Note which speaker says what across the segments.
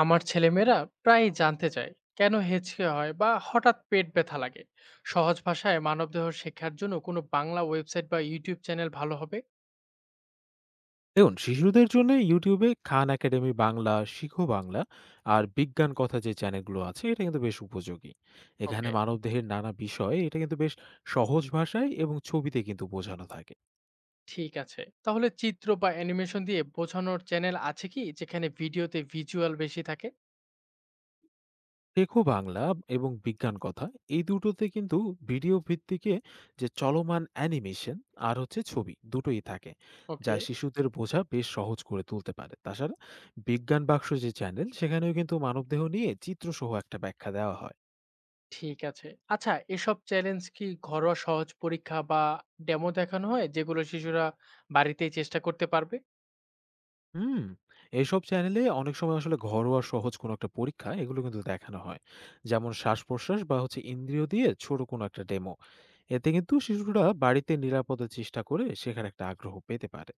Speaker 1: আমার ছেলেমেয়েরা প্রায়ই জানতে চায় কেন হেঁচকে হয় বা হঠাৎ পেট ব্যথা লাগে। সহজ ভাষায় মানবদেহ শেখার জন্য কোনো বাংলা ওয়েবসাইট বা ইউটিউব চ্যানেল ভালো হবে?
Speaker 2: দেখুন, শিশুদের জন্য YouTube এ খান একাডেমি বাংলা, শিখো বাংলা আর বিজ্ঞান কথা যে চ্যানেলগুলো আছে এটা কিন্তু বেশ উপযোগী। এখানে
Speaker 1: ওকে।
Speaker 2: মানবদেহের নানা বিষয় এটা কিন্তু বেশ সহজ ভাষায় এবং ছবিতে কিন্তু বোঝানো থাকে।
Speaker 1: ঠিক আছে, তাহলে চিত্র বা অ্যানিমেশন দিয়ে বোঝানোর চ্যানেল আছে কি যেখানে ভিডিওতে ভিজুয়াল বেশি থাকে?
Speaker 2: শেখো বাংলা এবং বিজ্ঞান কথা এই দুটোতে কিন্তু ভিডিও ভিত্তিকে যে চলমান অ্যানিমেশন আর হচ্ছে ছবি দুটোই থাকে। যা
Speaker 1: ওকে।
Speaker 2: শিশুদের বোঝা বেশ সহজ করে তুলতে পারে। তাছাড়া বিজ্ঞান বাক্স যে চ্যানেল সেখানেও কিন্তু মানবদেহ নিয়ে চিত্রসহ একটা ব্যাখ্যা দেওয়া হয়।
Speaker 1: ঠিক আছে। আচ্ছা, এসব চ্যালেঞ্জ কি ঘরোয়া সহজ পরীক্ষা বা ডেমো দেখানো হয় যেগুলো শিশুরা বাড়িতেই চেষ্টা করতে পারবে?
Speaker 2: হুম, এসব চ্যানেলে অনেক সময় আসলে ঘরোয়া সহজ কোনো একটা পরীক্ষা এগুলো কিন্তু দেখানো হয়, যেমন শ্বাস-প্রশ্বাস বা হচ্ছে ইন্দ্রিয় দিয়ে ছোট কোনো একটা ডেমো। এতে কিন্তু শিশুরা বাড়িতে নিরাপদে চেষ্টা করে শেখার একটা আগ্রহ পেতে পারে।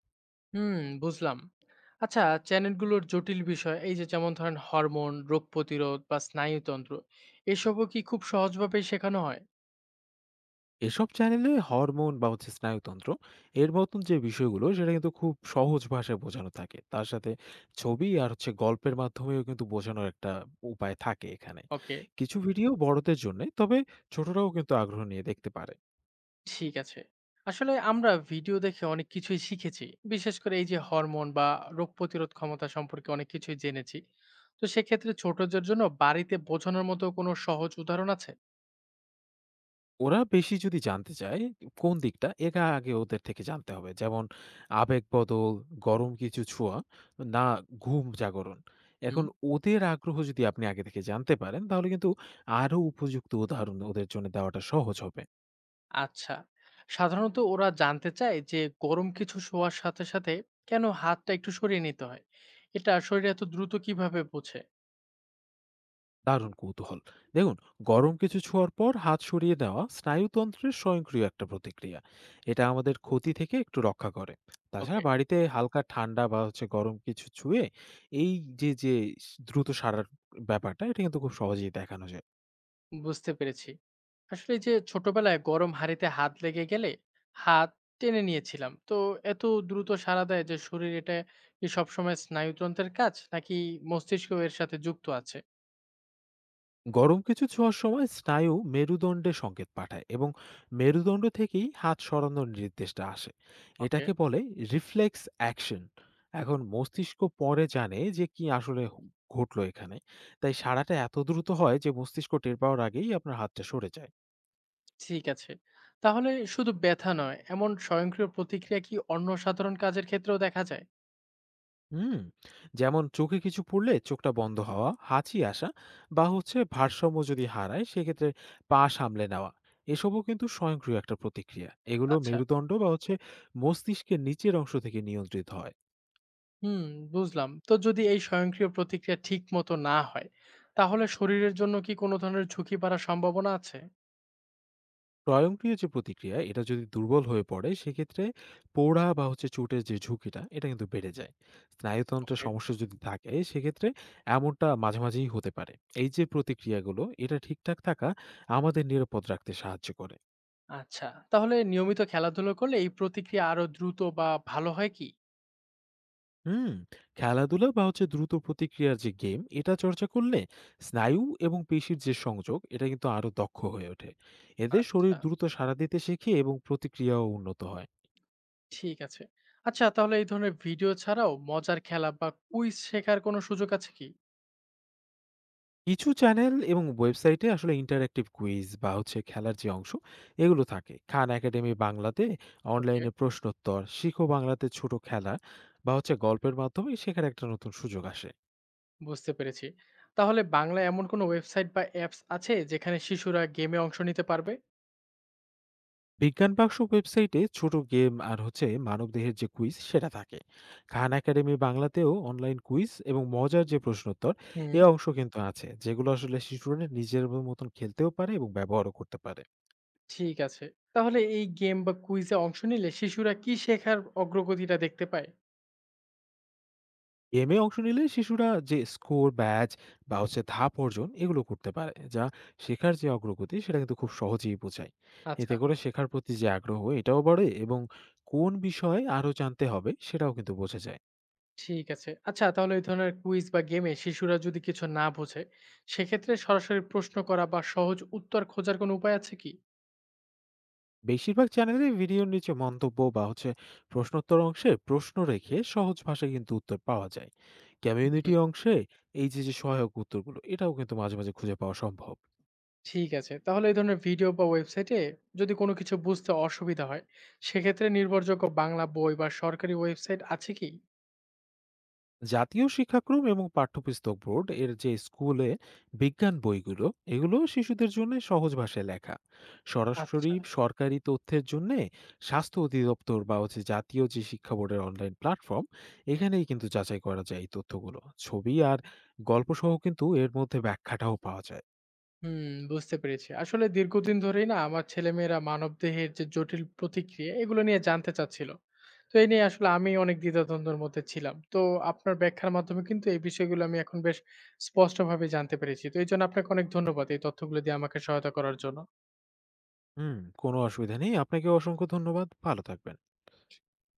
Speaker 1: হুম, বুঝলাম। আচ্ছা, চ্যানেলগুলোর জটিল বিষয় এই যে যেমন ধরেন হরমোন, রোগ প্রতিরোধ বা স্নায়ুতন্ত্র, এসবও কি খুব সহজভাবে শেখানো হয়?
Speaker 2: এসব চ্যানেলে হরমোন বা হচ্ছে স্নায়ুতন্ত্র এর মতন যে বিষয়গুলো সেটা কিন্তু খুব সহজ ভাষায় বোঝানো থাকে, তার সাথে ছবি আর হচ্ছে গল্পের মাধ্যমেও কিন্তু বোঝানোর একটা উপায় থাকে এখানে।
Speaker 1: ওকে,
Speaker 2: কিছু ভিডিও বড়দের জন্য, তবে ছোটরাও কিন্তু আগ্রহ নিয়ে দেখতে পারে।
Speaker 1: ঠিক আছে। আসলে আমরা ভিডিও দেখে অনেক কিছুই শিখেছি। বিশেষ করে এই যে হরমোন বা রোগ প্রতিরোধ ক্ষমতা সম্পর্কে অনেক কিছুই জেনেছি। তো সেক্ষেত্রে ছোটদের জন্য বাড়িতে বোঝানোর মতো কোনো সহজ উদাহরণ আছে?
Speaker 2: ওরা বেশি যদি জানতে চায় কোন দিকটা, এটা আগে ওদের থেকে জানতে হবে। যেমন আবেগ বদল, গরম কিছু ছোঁয়া, না ঘুম জাগরণ। এখন ওদের আগ্রহ যদি আপনি আগে থেকে জানতে পারেন, তাহলে কিন্তু আরো উপযুক্ত উদাহরণ ওদের জন্য দেওয়াটা সহজ হবে।
Speaker 1: আচ্ছা, সাধারণত ওরা জানতে চায় যে গরম কিছু শোয়ার সাথে সাথে কেন হাতটা একটু সরিয়ে নিতে হয়, এটা শরীরে এত দ্রুত কিভাবে বোঝে?
Speaker 2: দারুণ কৌতূহল। দেখুন, গরম কিছু ছোঁয়ার পর হাত সরিয়ে দেওয়া স্নায়ুতন্ত্রের স্বয়ংক্রিয় একটা প্রতিক্রিয়া। এটা আমাদের ক্ষতি থেকে একটু রক্ষা করে। তাছাড়া
Speaker 1: ওকে,
Speaker 2: বাড়িতে হালকা ঠান্ডা বা হচ্ছে গরম কিছু ছুঁয়ে এই যে যে দ্রুত সারার ব্যাপারটা এটা কিন্তু খুব সহজেই দেখানো যায়।
Speaker 1: বুঝতে পেরেছি। আসলে এই যে ছোটবেলায় গরম হাঁড়িতে হাত লেগে গেলে হাত টেনে নিয়েছিলাম, তো এত দ্রুত সাড়া দেয় যে শরীর, এটা কি সবসময় স্নায়ুতন্ত্রের কাজ নাকি মস্তিষ্ক এর সাথে যুক্ত আছে?
Speaker 2: গরম কিছু ছোঁয়ার সময় স্নায়ু মেরুদণ্ডে সংকেত পাঠায় এবং মেরুদণ্ড থেকেই হাত সরানোর নির্দেশটা আসে।
Speaker 1: ওকে।
Speaker 2: এটাকে বলে রিফ্লেক্স অ্যাকশন। এখন মস্তিষ্ক পরে জানে যে কি আসলে ঘটলো এখানে। তাই সারাটা এত দ্রুত হয় যে মস্তিষ্ক টের পাওয়ার আগেই আপনার হাতটা সরে যায়।
Speaker 1: ঠিক আছে, তাহলে শুধু ব্যথা নয়, এমন স্বয়ংক্রিয় প্রতিক্রিয়া কি অন্য সাধারণ কাজের ক্ষেত্রেও দেখা যায়?
Speaker 2: হুম, যেমন চোখে কিছু পড়লে চোখটা বন্ধ হওয়া, হাঁচি আসা, বা হচ্ছে ভারসাম্য যদি হারায় সেক্ষেত্রে পা সামলে নেওয়া, এসবও কিন্তু স্বয়ংক্রিয় একটা প্রতিক্রিয়া। এগুলো
Speaker 1: আচ্ছা।
Speaker 2: মেরুদণ্ড বা হচ্ছে মস্তিষ্কের নিচের অংশ থেকে নিয়ন্ত্রিত হয়।
Speaker 1: হুম, বুঝলাম। তো যদি এই স্বয়ংক্রিয় প্রতিক্রিয়া ঠিক মতো না হয়, তাহলে শরীরের জন্য কি কোনো ধরনের ঝুঁকি বাড়ার সম্ভাবনা আছে?
Speaker 2: স্বয়ংক্রিয় যে প্রতিক্রিয়া এটা যদি দুর্বল হয়ে পড়ে, সেক্ষেত্রে পোড়া বা হচ্ছে চোটের যে ঝুঁকিটা এটা কিন্তু বেড়ে যায়। স্নায়ুতন্ত্রের
Speaker 1: ওকে।
Speaker 2: সমস্যা যদি থাকে সেক্ষেত্রে এমনটা মাঝে মাঝেই হতে পারে। এই যে প্রতিক্রিয়াগুলো এটা ঠিকঠাক থাকা আমাদের নিরাপদ রাখতে সাহায্য করে।
Speaker 1: আচ্ছা, তাহলে নিয়মিত খেলাধুলা করলে এই প্রতিক্রিয়া আরো দ্রুত বা ভালো হয় কি?
Speaker 2: হুম, খেলাধুলা বা হচ্ছে দ্রুত প্রতিক্রিয়ার যে গেম এটা চর্চা করলে স্নায়ু এবং পেশির যে সংযোগ এটা কিন্তু আরো দক্ষ হয়ে ওঠে। এতে শরীর
Speaker 1: আচ্ছা।
Speaker 2: দ্রুত সাড়া দিতে শেখে এবং প্রতিক্রিয়াও উন্নত হয়।
Speaker 1: ঠিক আছে। আচ্ছা, তাহলে এই ধরনের ভিডিও ছাড়াও মজার খেলা বা কুইজ শেখার কোনো সুযোগ আছে কি?
Speaker 2: কিছু চ্যানেল এবং ওয়েবসাইটে আসলে ইন্টারঅ্যাক্টিভ কুইজ বা হচ্ছে খেলার যে অংশ এগুলো থাকে। খান একাডেমি বাংলাতে
Speaker 1: ওকে।
Speaker 2: অনলাইনে প্রশ্নোত্তর, শিখো বাংলাতে ছোট খেলা বা হচ্ছে গল্পের মাধ্যমে শেখার একটা নতুন সুযোগ আসে।
Speaker 1: বুঝতে পেরেছি। তাহলে বাংলায় এমন কোনো ওয়েবসাইট বা অ্যাপস আছে যেখানে শিশুরা গেমে অংশ নিতে পারবে?
Speaker 2: বিজ্ঞান বাক্স ওয়েবসাইটে ছোট গেম আর হচ্ছে মানবদেহের যে কুইজ সেটা থাকে। খান একাডেমি বাংলাতেও অনলাইন কুইজ এবং মজার যে প্রশ্নোত্তর
Speaker 1: হুম।
Speaker 2: এ অংশ কিন্তু আছে, যেগুলো আসলে শিশুরা নিজের মতন খেলতেও পারে এবং ব্যবহারও করতে পারে।
Speaker 1: ঠিক আছে। তাহলে এই গেম বা কুইজে অংশ নিলে শিশুরা কি শেখার অগ্রগতিটা দেখতে পায়?
Speaker 2: গেমে অংশ নিলে শিশুরা যে স্কোর, ব্যাচ বা হচ্ছে ধাপ অর্জন এগুলো করতে পারে, যা শেখার যে অগ্রগতি সেটা কিন্তু খুব সহজেই বোঝায়। এতে
Speaker 1: আচ্ছা,
Speaker 2: করে শেখার প্রতি যে আগ্রহ এটাও বাড়ে এবং কোন বিষয়ে আরও জানতে হবে সেটাও কিন্তু বোঝা যায়।
Speaker 1: ঠিক আছে। আচ্ছা, তাহলে এই ধরনের কুইজ বা গেমে শিশুরা যদি কিছু না বোঝে, সেক্ষেত্রে সরাসরি প্রশ্ন করা বা সহজ উত্তর খোঁজার কোনো উপায় আছে কি?
Speaker 2: বেশিরভাগ চ্যানেলেই ভিডিওর নিচে মন্তব্য বা হচ্ছে প্রশ্নোত্তর অংশে প্রশ্ন রেখে সহজ ভাষায় কিন্তু উত্তর পাওয়া যায়। কমিউনিটি
Speaker 1: হুম।
Speaker 2: অংশে এই যে যে সহায়ক উত্তরগুলো এটাও কিন্তু মাঝে মাঝে খুঁজে পাওয়া সম্ভব।
Speaker 1: ঠিক আছে। তাহলে এই ধরনের ভিডিও বা ওয়েবসাইটে যদি কোনো কিছু বুঝতে অসুবিধা হয়, সেক্ষেত্রে নির্ভরযোগ্য বাংলা বই বা সরকারি ওয়েবসাইট আছে কি?
Speaker 2: জাতীয় শিক্ষাক্রম এবং পাঠ্যপুস্তক বোর্ড এর যে স্কুলে বিজ্ঞান বইগুলো, এগুলো শিশুদের জন্য সহজ ভাষায় লেখা। সরাসরি
Speaker 1: আচ্ছা।
Speaker 2: সরকারি তথ্যের জন্য স্বাস্থ্য অধিদপ্তর বা হচ্ছে জাতীয় যে শিক্ষা বোর্ডের অনলাইন প্ল্যাটফর্ম, এখানেই কিন্তু যাচাই করা যায় এই তথ্যগুলো। ছবি আর গল্প সহ কিন্তু এর মধ্যে ব্যাখ্যাটাও পাওয়া যায়।
Speaker 1: হুম, বুঝতে পেরেছি। আসলে দীর্ঘদিন ধরেই না আমার ছেলেমেয়েরা মানবদেহের যে জটিল প্রতিক্রিয়া এগুলো নিয়ে জানতে চাচ্ছিল। তো এই নিয়ে আসলে আমি অনেক দ্বিধাদ্বন্দ্বের মধ্যে ছিলাম। তো আপনার ব্যাখ্যার মাধ্যমে কিন্তু এই বিষয়গুলো আমি এখন বেশ স্পষ্টভাবে জানতে পেরেছি। তো এইজন্য আপনাকে অনেক ধন্যবাদ এই তথ্যগুলো দিয়ে আমাকে সহায়তা করার জন্য।
Speaker 2: হুম, কোনো অসুবিধা নেই। আপনাকে অসংখ্য ধন্যবাদ, ভালো থাকবেন।